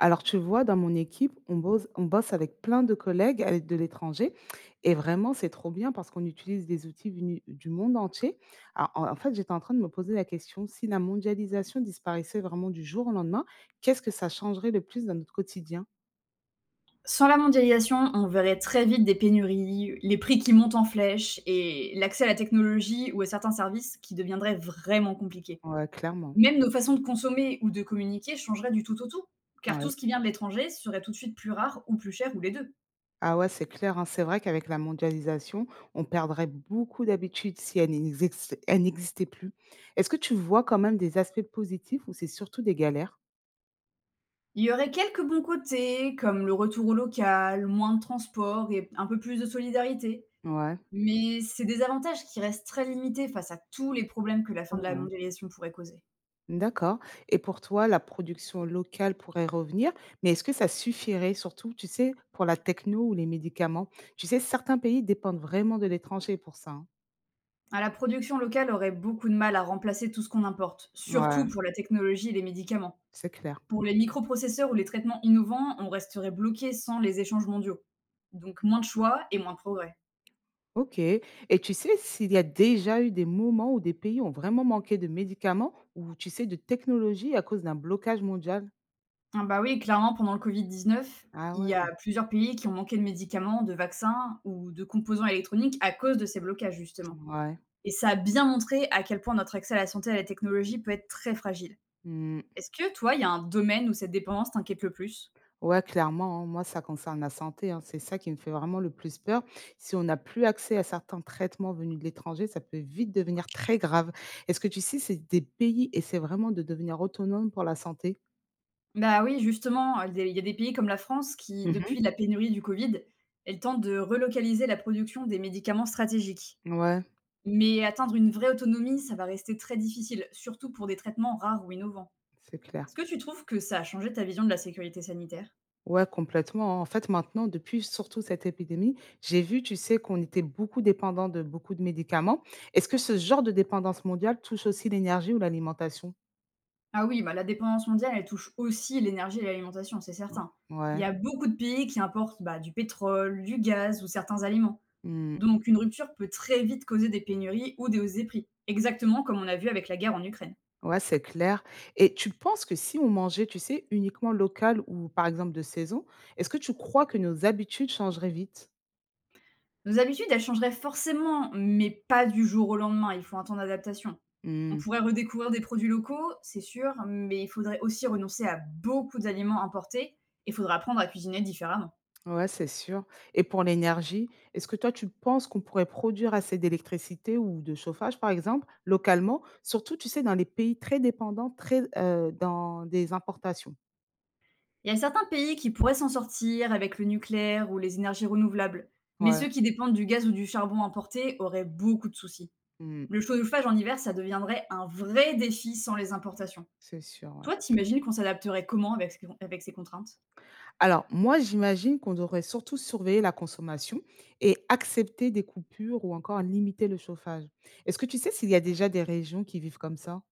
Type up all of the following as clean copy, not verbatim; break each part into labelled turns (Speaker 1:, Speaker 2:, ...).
Speaker 1: Alors, tu vois, dans mon équipe, on bosse avec plein de collègues avec de l'étranger. Et vraiment, c'est trop bien parce qu'on utilise des outils venus du monde entier. En fait, j'étais en train de me poser la question, si la mondialisation disparaissait vraiment du jour au lendemain, qu'est-ce que ça changerait le plus dans notre quotidien?
Speaker 2: Sans la mondialisation, on verrait très vite des pénuries, les prix qui montent en flèche et l'accès à la technologie ou à certains services qui deviendraient vraiment compliqués.
Speaker 1: Ouais, clairement.
Speaker 2: Même nos façons de consommer ou de communiquer changeraient du tout au tout, car tout
Speaker 1: Ouais.
Speaker 2: ce qui vient de l'étranger serait tout de suite plus rare ou plus cher ou les deux.
Speaker 1: Ah ouais, c'est clair, hein. C'est vrai qu'avec la mondialisation, on perdrait beaucoup d'habitudes si elle n'existait plus. Est-ce que tu vois quand même des aspects positifs ou c'est surtout des galères?
Speaker 2: Il y aurait quelques bons côtés, comme le retour au local, moins de transport et un peu plus de solidarité,
Speaker 1: Ouais.
Speaker 2: mais c'est des avantages qui restent très limités face à tous les problèmes que la
Speaker 1: Ah
Speaker 2: fin de la
Speaker 1: ouais.
Speaker 2: mondialisation pourrait causer.
Speaker 1: D'accord. Et pour toi, la production locale pourrait revenir, mais est-ce que ça suffirait surtout, tu sais, pour la techno ou les médicaments? Tu sais, certains pays dépendent vraiment de l'étranger pour ça, hein.
Speaker 2: Ah, la production locale aurait beaucoup de mal à remplacer tout ce qu'on importe, surtout
Speaker 1: Ouais,
Speaker 2: pour la technologie et les médicaments.
Speaker 1: c'est clair.
Speaker 2: Pour les microprocesseurs ou les traitements innovants, on resterait bloqué sans les échanges mondiaux. Donc moins de choix et moins de progrès.
Speaker 1: OK. Et tu sais s'il y a déjà eu des moments où des pays ont vraiment manqué de médicaments ou, tu sais, de technologie à cause d'un blocage mondial?
Speaker 2: Ah bah oui, clairement, pendant le Covid-19,
Speaker 1: Ah
Speaker 2: il y
Speaker 1: ouais,
Speaker 2: a plusieurs pays qui ont manqué de médicaments, de vaccins ou de composants électroniques à cause de ces blocages, justement.
Speaker 1: ouais.
Speaker 2: Et ça a bien montré à quel point notre accès à la santé et à la technologie peut être très fragile.
Speaker 1: Mmh.
Speaker 2: Est-ce que toi, il y a un domaine où cette dépendance t'inquiète le plus?
Speaker 1: Ouais, clairement, hein. Moi, ça concerne la santé, hein. C'est ça qui me fait vraiment le plus peur. Si on n'a plus accès à certains traitements venus de l'étranger, ça peut vite devenir très grave. Est-ce que tu sais, c'est des pays essaient vraiment de devenir autonomes pour la santé?
Speaker 2: Bah, oui, justement, des il y a des pays comme la France qui,
Speaker 1: Mhm.
Speaker 2: depuis la pénurie du Covid, elle tente de relocaliser la production des médicaments stratégiques.
Speaker 1: Ouais,
Speaker 2: Mais atteindre une vraie autonomie, ça va rester très difficile, surtout pour des traitements rares ou innovants.
Speaker 1: c'est clair.
Speaker 2: Est-ce que tu trouves que ça a changé ta vision de la sécurité sanitaire?
Speaker 1: Ouais, complètement, hein. En fait, maintenant, depuis surtout cette épidémie, j'ai vu, tu sais, qu'on était beaucoup dépendant de beaucoup de médicaments. Est-ce que ce genre de dépendance mondiale touche aussi l'énergie ou l'alimentation?
Speaker 2: Ah oui, bah, la dépendance mondiale, elle touche aussi l'énergie et l'alimentation, c'est certain. Il y
Speaker 1: Ouais.
Speaker 2: a beaucoup de pays qui importent, bah, du pétrole, du gaz ou certains aliments.
Speaker 1: Mmh.
Speaker 2: Donc une rupture peut très vite causer des pénuries ou des hausses des prix, exactement comme on a vu avec la guerre en Ukraine.
Speaker 1: Ouais, c'est clair. Et tu penses que si on mangeait, tu sais, uniquement local ou par exemple de saison, est-ce que tu crois que nos habitudes changeraient vite?
Speaker 2: Nos habitudes, elles changeraient forcément, mais pas du jour au lendemain, il faut un temps d'adaptation. On
Speaker 1: Hmm.
Speaker 2: pourrait redécouvrir des produits locaux, c'est sûr, mais il faudrait aussi renoncer à beaucoup d'aliments importés et il faudrait apprendre à cuisiner différemment.
Speaker 1: Ouais, c'est sûr. Et pour l'énergie, est-ce que toi, tu penses qu'on pourrait produire assez d'électricité ou de chauffage, par exemple, localement, surtout, tu sais, dans les pays très dépendants, très dans des importations?
Speaker 2: Il y a certains pays qui pourraient s'en sortir avec le nucléaire ou les énergies renouvelables, mais
Speaker 1: Ouais.
Speaker 2: ceux qui dépendent du gaz ou du charbon importé auraient beaucoup de soucis.
Speaker 1: Hmm,
Speaker 2: Le chauffage en hiver, ça deviendrait un vrai défi sans les importations.
Speaker 1: c'est sûr, ouais.
Speaker 2: Toi, t'imagines qu'on s'adapterait comment avec ces contraintes?
Speaker 1: Alors, moi, j'imagine qu'on devrait surtout surveiller la consommation et accepter des coupures ou encore limiter le chauffage. Est-ce que tu sais s'il y a déjà des régions qui vivent comme ça?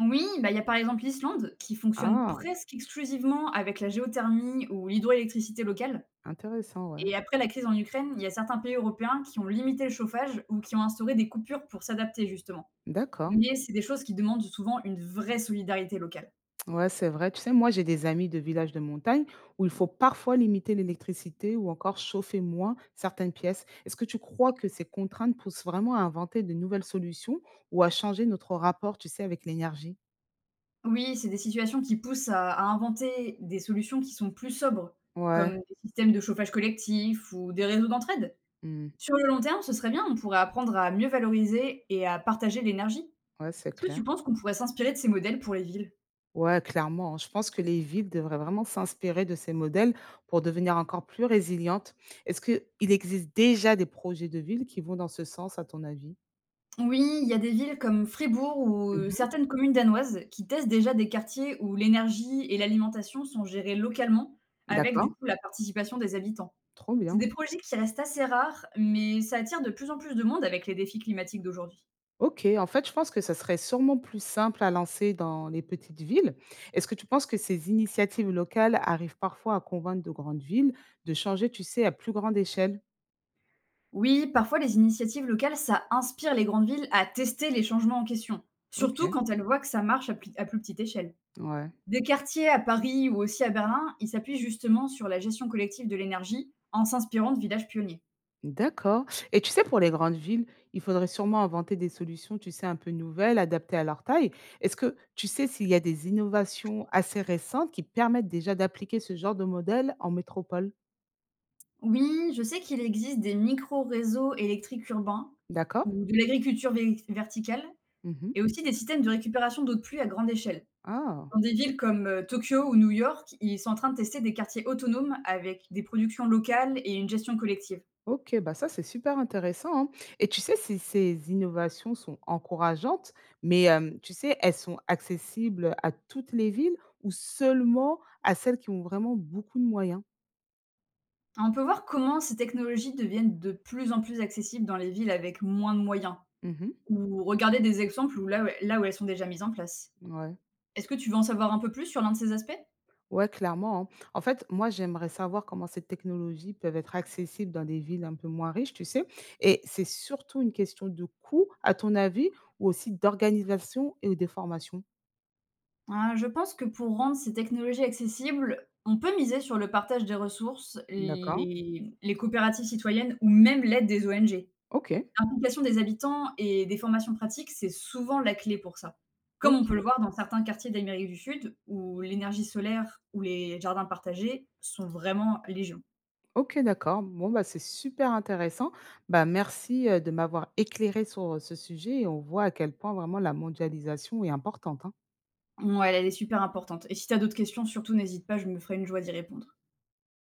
Speaker 2: Oui, bah, il y a par exemple l'Islande qui fonctionne
Speaker 1: Ah,
Speaker 2: presque exclusivement avec la géothermie ou l'hydroélectricité locale.
Speaker 1: intéressant, ouais.
Speaker 2: Et après la crise en Ukraine, il y a certains pays européens qui ont limité le chauffage ou qui ont instauré des coupures pour s'adapter justement.
Speaker 1: D'accord.
Speaker 2: Mais c'est des choses qui demandent souvent une vraie solidarité locale.
Speaker 1: Ouais, c'est vrai. Tu sais, moi, j'ai des amis de villages de montagne où il faut parfois limiter l'électricité ou encore chauffer moins certaines pièces. Est-ce que tu crois que ces contraintes poussent vraiment à inventer de nouvelles solutions ou à changer notre rapport, tu sais, avec l'énergie?
Speaker 2: Oui, c'est des situations qui poussent à inventer des solutions qui sont plus sobres, comme
Speaker 1: Ouais.
Speaker 2: des systèmes de chauffage collectif ou des réseaux d'entraide.
Speaker 1: Hmm,
Speaker 2: Sur le long terme, ce serait bien, on pourrait apprendre à mieux valoriser et à partager l'énergie.
Speaker 1: ouais, c'est
Speaker 2: Est-ce que tu
Speaker 1: clair.
Speaker 2: penses qu'on pourrait s'inspirer de ces modèles pour les villes?
Speaker 1: Ouais, clairement, hein. Je pense que les villes devraient vraiment s'inspirer de ces modèles pour devenir encore plus résilientes. Est-ce qu'il existe déjà des projets de ville qui vont dans ce sens, à ton avis?
Speaker 2: Oui, il y a des villes comme Fribourg ou
Speaker 1: Mhm.
Speaker 2: certaines communes danoises qui testent déjà des quartiers où l'énergie et l'alimentation sont gérées localement avec du
Speaker 1: D'accord,
Speaker 2: coup la participation des habitants.
Speaker 1: trop
Speaker 2: C'est
Speaker 1: bien.
Speaker 2: des projets qui restent assez rares, mais ça attire de plus en plus de monde avec les défis climatiques d'aujourd'hui.
Speaker 1: Ok, en fait, je pense que ça serait sûrement plus simple à lancer dans les petites villes. Est-ce que tu penses que ces initiatives locales arrivent parfois à convaincre de grandes villes de changer, tu sais, à plus grande échelle?
Speaker 2: Oui, parfois les initiatives locales, ça inspire les grandes villes à tester les changements en question,
Speaker 1: Ok,
Speaker 2: surtout quand elles voient que ça marche à plus petite échelle.
Speaker 1: ouais.
Speaker 2: Des quartiers à Paris ou aussi à Berlin, ils s'appuient justement sur la gestion collective de l'énergie en s'inspirant de villages pionniers.
Speaker 1: D'accord. Et tu sais, pour les grandes villes, il faudrait sûrement inventer des solutions, tu sais, un peu nouvelles, adaptées à leur taille. Est-ce que tu sais s'il y a des innovations assez récentes qui permettent déjà d'appliquer ce genre de modèle en métropole?
Speaker 2: Oui, je sais qu'il existe des micro-réseaux électriques urbains
Speaker 1: D'accord?
Speaker 2: ou de l'agriculture verticale
Speaker 1: Mhm.
Speaker 2: et aussi des systèmes de récupération d'eau de pluie à grande échelle.
Speaker 1: Ah,
Speaker 2: Dans des villes comme Tokyo ou New York, ils sont en train de tester des quartiers autonomes avec des productions locales et une gestion collective.
Speaker 1: ok, bah ça c'est super intéressant, hein. Et tu sais si ces innovations sont encourageantes, mais tu sais, elles sont accessibles à toutes les villes ou seulement à celles qui ont vraiment beaucoup de moyens?
Speaker 2: On peut voir comment ces technologies deviennent de plus en plus accessibles dans les villes avec moins de moyens
Speaker 1: Mhm.
Speaker 2: ou regarder des exemples là où elles sont déjà mises en place.
Speaker 1: Ouais.
Speaker 2: Est-ce que tu veux en savoir un peu plus sur l'un de ces aspects?
Speaker 1: Ouais, clairement, hein. En fait, moi, j'aimerais savoir comment ces technologies peuvent être accessibles dans des villes un peu moins riches, tu sais. Et c'est surtout une question de coût, à ton avis, ou aussi d'organisation et de formation.
Speaker 2: Ah, je pense que pour rendre ces technologies accessibles, on peut miser sur le partage des ressources,
Speaker 1: D'accord.
Speaker 2: les coopératives citoyennes ou même l'aide des ONG.
Speaker 1: Ok.
Speaker 2: L'implication des habitants et des formations pratiques, c'est souvent la clé pour ça. Comme on
Speaker 1: Ok.
Speaker 2: peut le voir dans certains quartiers d'Amérique du Sud, où l'énergie solaire ou les jardins partagés sont vraiment légion.
Speaker 1: Ok, d'accord. Bon, bah, c'est super intéressant. Bah, merci de m'avoir éclairé sur ce sujet et on voit à quel point vraiment la mondialisation est importante, hein.
Speaker 2: Ouais, elle est super importante. Et si tu as d'autres questions, surtout n'hésite pas, je me ferai une joie d'y répondre.